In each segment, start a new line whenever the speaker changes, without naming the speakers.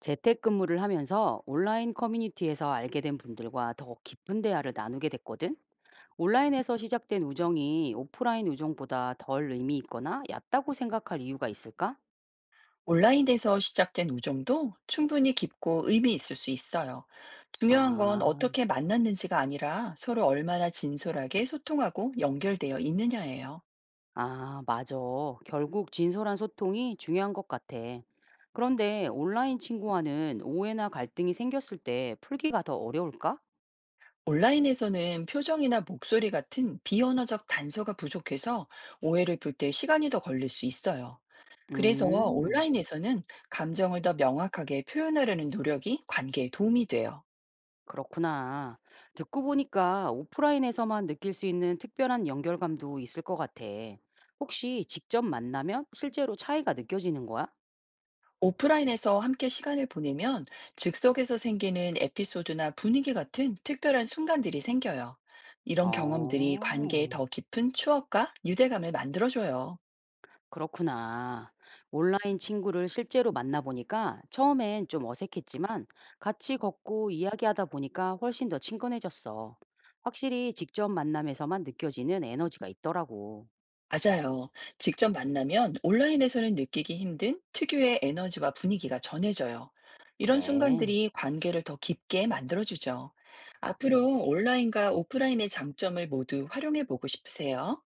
재택근무를 하면서 온라인 커뮤니티에서 알게 된 분들과 더 깊은 대화를 나누게 됐거든. 온라인에서 시작된 우정이 오프라인 우정보다 덜 의미 있거나 얕다고 생각할 이유가 있을까?
온라인에서 시작된 우정도 충분히 깊고 의미 있을 수 있어요. 중요한 건
아,
어떻게 만났는지가 아니라 서로 얼마나 진솔하게 소통하고 연결되어 있느냐예요.
아, 맞아. 결국 진솔한 소통이 중요한 것 같아. 그런데 온라인 친구와는 오해나 갈등이 생겼을 때 풀기가 더 어려울까?
온라인에서는 표정이나 목소리 같은 비언어적 단서가 부족해서 오해를 풀 때 시간이 더 걸릴 수 있어요. 그래서
음.
온라인에서는 감정을 더 명확하게 표현하려는 노력이 관계에 도움이 돼요.
그렇구나. 듣고 보니까 오프라인에서만 느낄 수 있는 특별한 연결감도 있을 것 같아. 혹시 직접 만나면 실제로 차이가 느껴지는 거야?
오프라인에서 함께 시간을 보내면 즉석에서 생기는 에피소드나 분위기 같은 특별한 순간들이 생겨요. 이런 경험들이 관계에
어,
더 깊은 추억과 유대감을 만들어줘요.
그렇구나. 온라인 친구를 실제로 만나보니까 처음엔 좀 어색했지만 같이 걷고 이야기하다 보니까 훨씬 더 친근해졌어. 확실히 직접 만남에서만 느껴지는 에너지가 있더라고.
맞아요. 직접 만나면 온라인에서는 느끼기 힘든 특유의 에너지와 분위기가 전해져요. 이런
그래.
순간들이 관계를 더 깊게 만들어주죠. 앞으로 온라인과 오프라인의 장점을 모두 활용해 보고 싶으세요?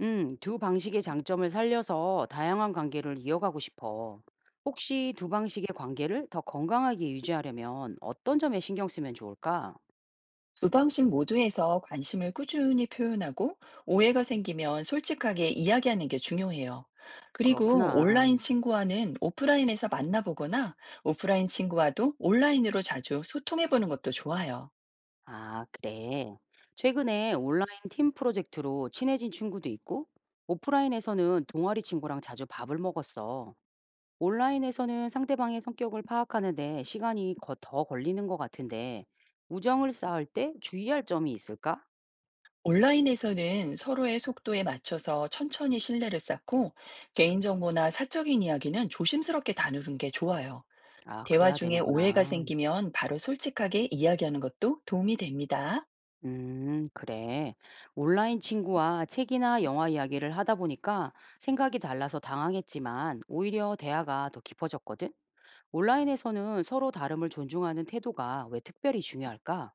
두 방식의 장점을 살려서 다양한 관계를 이어가고 싶어. 혹시 두 방식의 관계를 더 건강하게 유지하려면 어떤 점에 신경 쓰면 좋을까?
두 방식 모두에서 관심을 꾸준히 표현하고, 오해가 생기면 솔직하게 이야기하는 게 중요해요. 그리고
그렇구나.
온라인 친구와는 오프라인에서 만나보거나, 오프라인 친구와도 온라인으로 자주 소통해보는 것도 좋아요.
아, 그래. 최근에 온라인 팀 프로젝트로 친해진 친구도 있고, 오프라인에서는 동아리 친구랑 자주 밥을 먹었어. 온라인에서는 상대방의 성격을 파악하는데 더 걸리는 것 같은데, 우정을 쌓을 때 주의할 점이 있을까?
온라인에서는 서로의 속도에 맞춰서 천천히 신뢰를 쌓고, 개인정보나 사적인 이야기는 조심스럽게 다루는 게 좋아요.
아,
대화
그래야
중에 오해가
되는구나.
생기면 바로 솔직하게 이야기하는 것도 도움이 됩니다.
그래. 온라인 친구와 책이나 영화 이야기를 하다 보니까 생각이 달라서 당황했지만 오히려 대화가 더 깊어졌거든. 온라인에서는 서로 다름을 존중하는 태도가 왜 특별히 중요할까?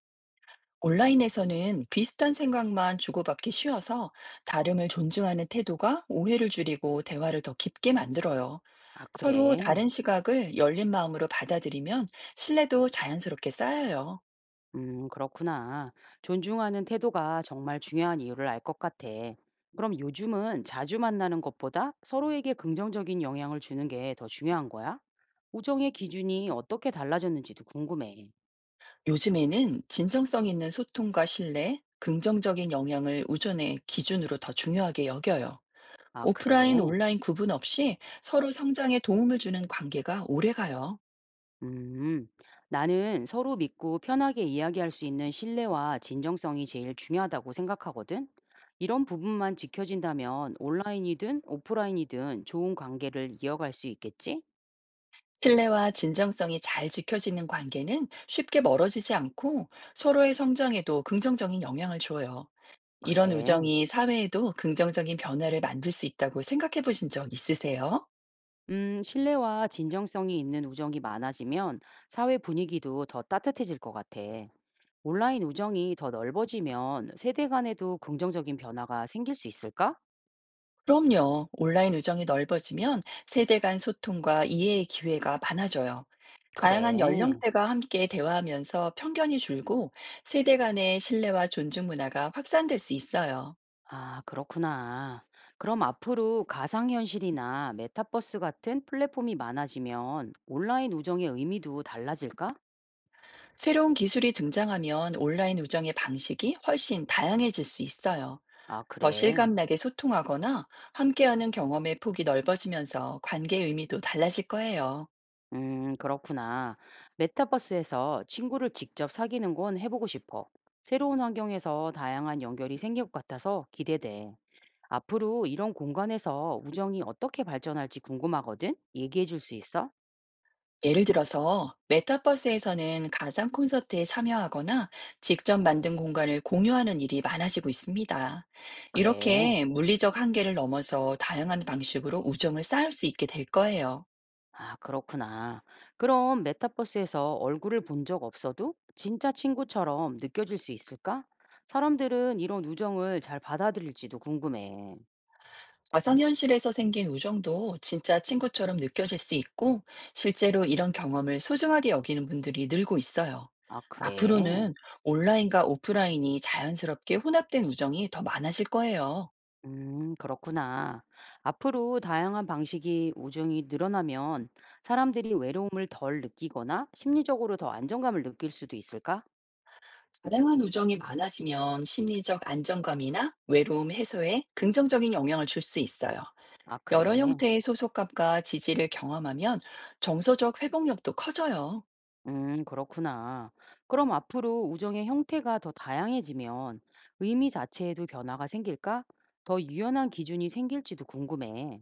온라인에서는 비슷한 생각만 주고받기 쉬워서, 다름을 존중하는 태도가 오해를 줄이고 대화를 더 깊게 만들어요.
아,
서로
그래.
다른 시각을 열린 마음으로 받아들이면 신뢰도 자연스럽게 쌓여요.
그렇구나. 존중하는 태도가 정말 중요한 이유를 알 것 같아. 그럼 요즘은 자주 만나는 것보다 서로에게 긍정적인 영향을 주는 게 더 중요한 거야? 우정의 기준이 어떻게 달라졌는지도 궁금해.
요즘에는 진정성 있는 소통과 신뢰, 긍정적인 영향을 우전의 기준으로 더 중요하게 여겨요.
아,
오프라인,
그래.
온라인 구분 없이 서로 성장에 도움을 주는 관계가 오래가요.
음, 나는 서로 믿고 편하게 이야기할 수 있는 신뢰와 진정성이 제일 중요하다고 생각하거든. 이런 부분만 지켜진다면 온라인이든 오프라인이든 좋은 관계를 이어갈 수 있겠지?
신뢰와 진정성이 잘 지켜지는 관계는 쉽게 멀어지지 않고, 서로의 성장에도 긍정적인 영향을 줘요. 이런
그래.
우정이 사회에도 긍정적인 변화를 만들 수 있다고 생각해 보신 적 있으세요?
신뢰와 진정성이 있는 우정이 많아지면 사회 분위기도 더 따뜻해질 것 같아. 온라인 우정이 더 넓어지면 세대 간에도 긍정적인 변화가 생길 수 있을까?
그럼요. 온라인 우정이 넓어지면 세대 간 소통과 이해의 기회가 많아져요. 다양한
그래.
연령대가 함께 대화하면서 편견이 줄고, 세대 간의 신뢰와 존중 문화가 확산될 수 있어요.
아, 그렇구나. 그럼 앞으로 가상현실이나 메타버스 같은 플랫폼이 많아지면 온라인 우정의 의미도 달라질까?
새로운 기술이 등장하면 온라인 우정의 방식이 훨씬 다양해질 수 있어요.
아,
더
그래.
실감나게 소통하거나 함께하는 경험의 폭이 넓어지면서 관계의 의미도 달라질 거예요.
그렇구나. 메타버스에서 친구를 직접 사귀는 건 해보고 싶어. 새로운 환경에서 다양한 연결이 생길 것 같아서 기대돼. 앞으로 이런 공간에서 우정이 어떻게 발전할지 궁금하거든? 얘기해 줄 수 있어?
예를 들어서, 메타버스에서는 가상 콘서트에 참여하거나 직접 만든 공간을 공유하는 일이 많아지고 있습니다.
그래.
이렇게 물리적 한계를 넘어서 다양한 방식으로 우정을 쌓을 수 있게 될 거예요.
아, 그렇구나. 그럼 메타버스에서 얼굴을 본 적 없어도 진짜 친구처럼 느껴질 수 있을까? 사람들은 이런 우정을 잘 받아들일지도 궁금해.
가상현실에서 생긴 우정도 진짜 친구처럼 느껴질 수 있고, 실제로 이런 경험을 소중하게 여기는 분들이 늘고 있어요.
아, 그래?
앞으로는 온라인과 오프라인이 자연스럽게 혼합된 우정이 더 많아질 거예요.
그렇구나. 앞으로 다양한 방식이 우정이 늘어나면 사람들이 외로움을 덜 느끼거나 심리적으로 더 안정감을 느낄 수도 있을까?
다양한 우정이 많아지면 심리적 안정감이나 외로움 해소에 긍정적인 영향을 줄 수 있어요.
아,
여러
그래.
형태의 소속감과 지지를 경험하면 정서적 회복력도 커져요.
그렇구나. 그럼 앞으로 우정의 형태가 더 다양해지면 의미 자체에도 변화가 생길까? 더 유연한 기준이 생길지도 궁금해.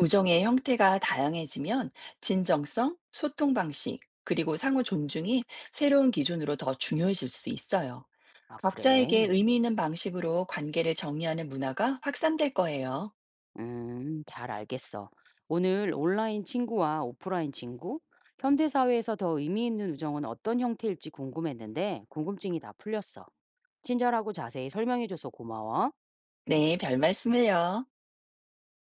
우정의 형태가 다양해지면 진정성, 소통 방식, 그리고 상호 존중이 새로운 기준으로 더 중요해질 수 있어요.
아, 그래?
각자에게 의미 있는 방식으로 관계를 정의하는 문화가 확산될 거예요.
잘 알겠어. 오늘 온라인 친구와 오프라인 친구, 현대사회에서 더 의미 있는 우정은 어떤 형태일지 궁금했는데 궁금증이 다 풀렸어. 친절하고 자세히 설명해줘서 고마워.
네, 별 말씀을요.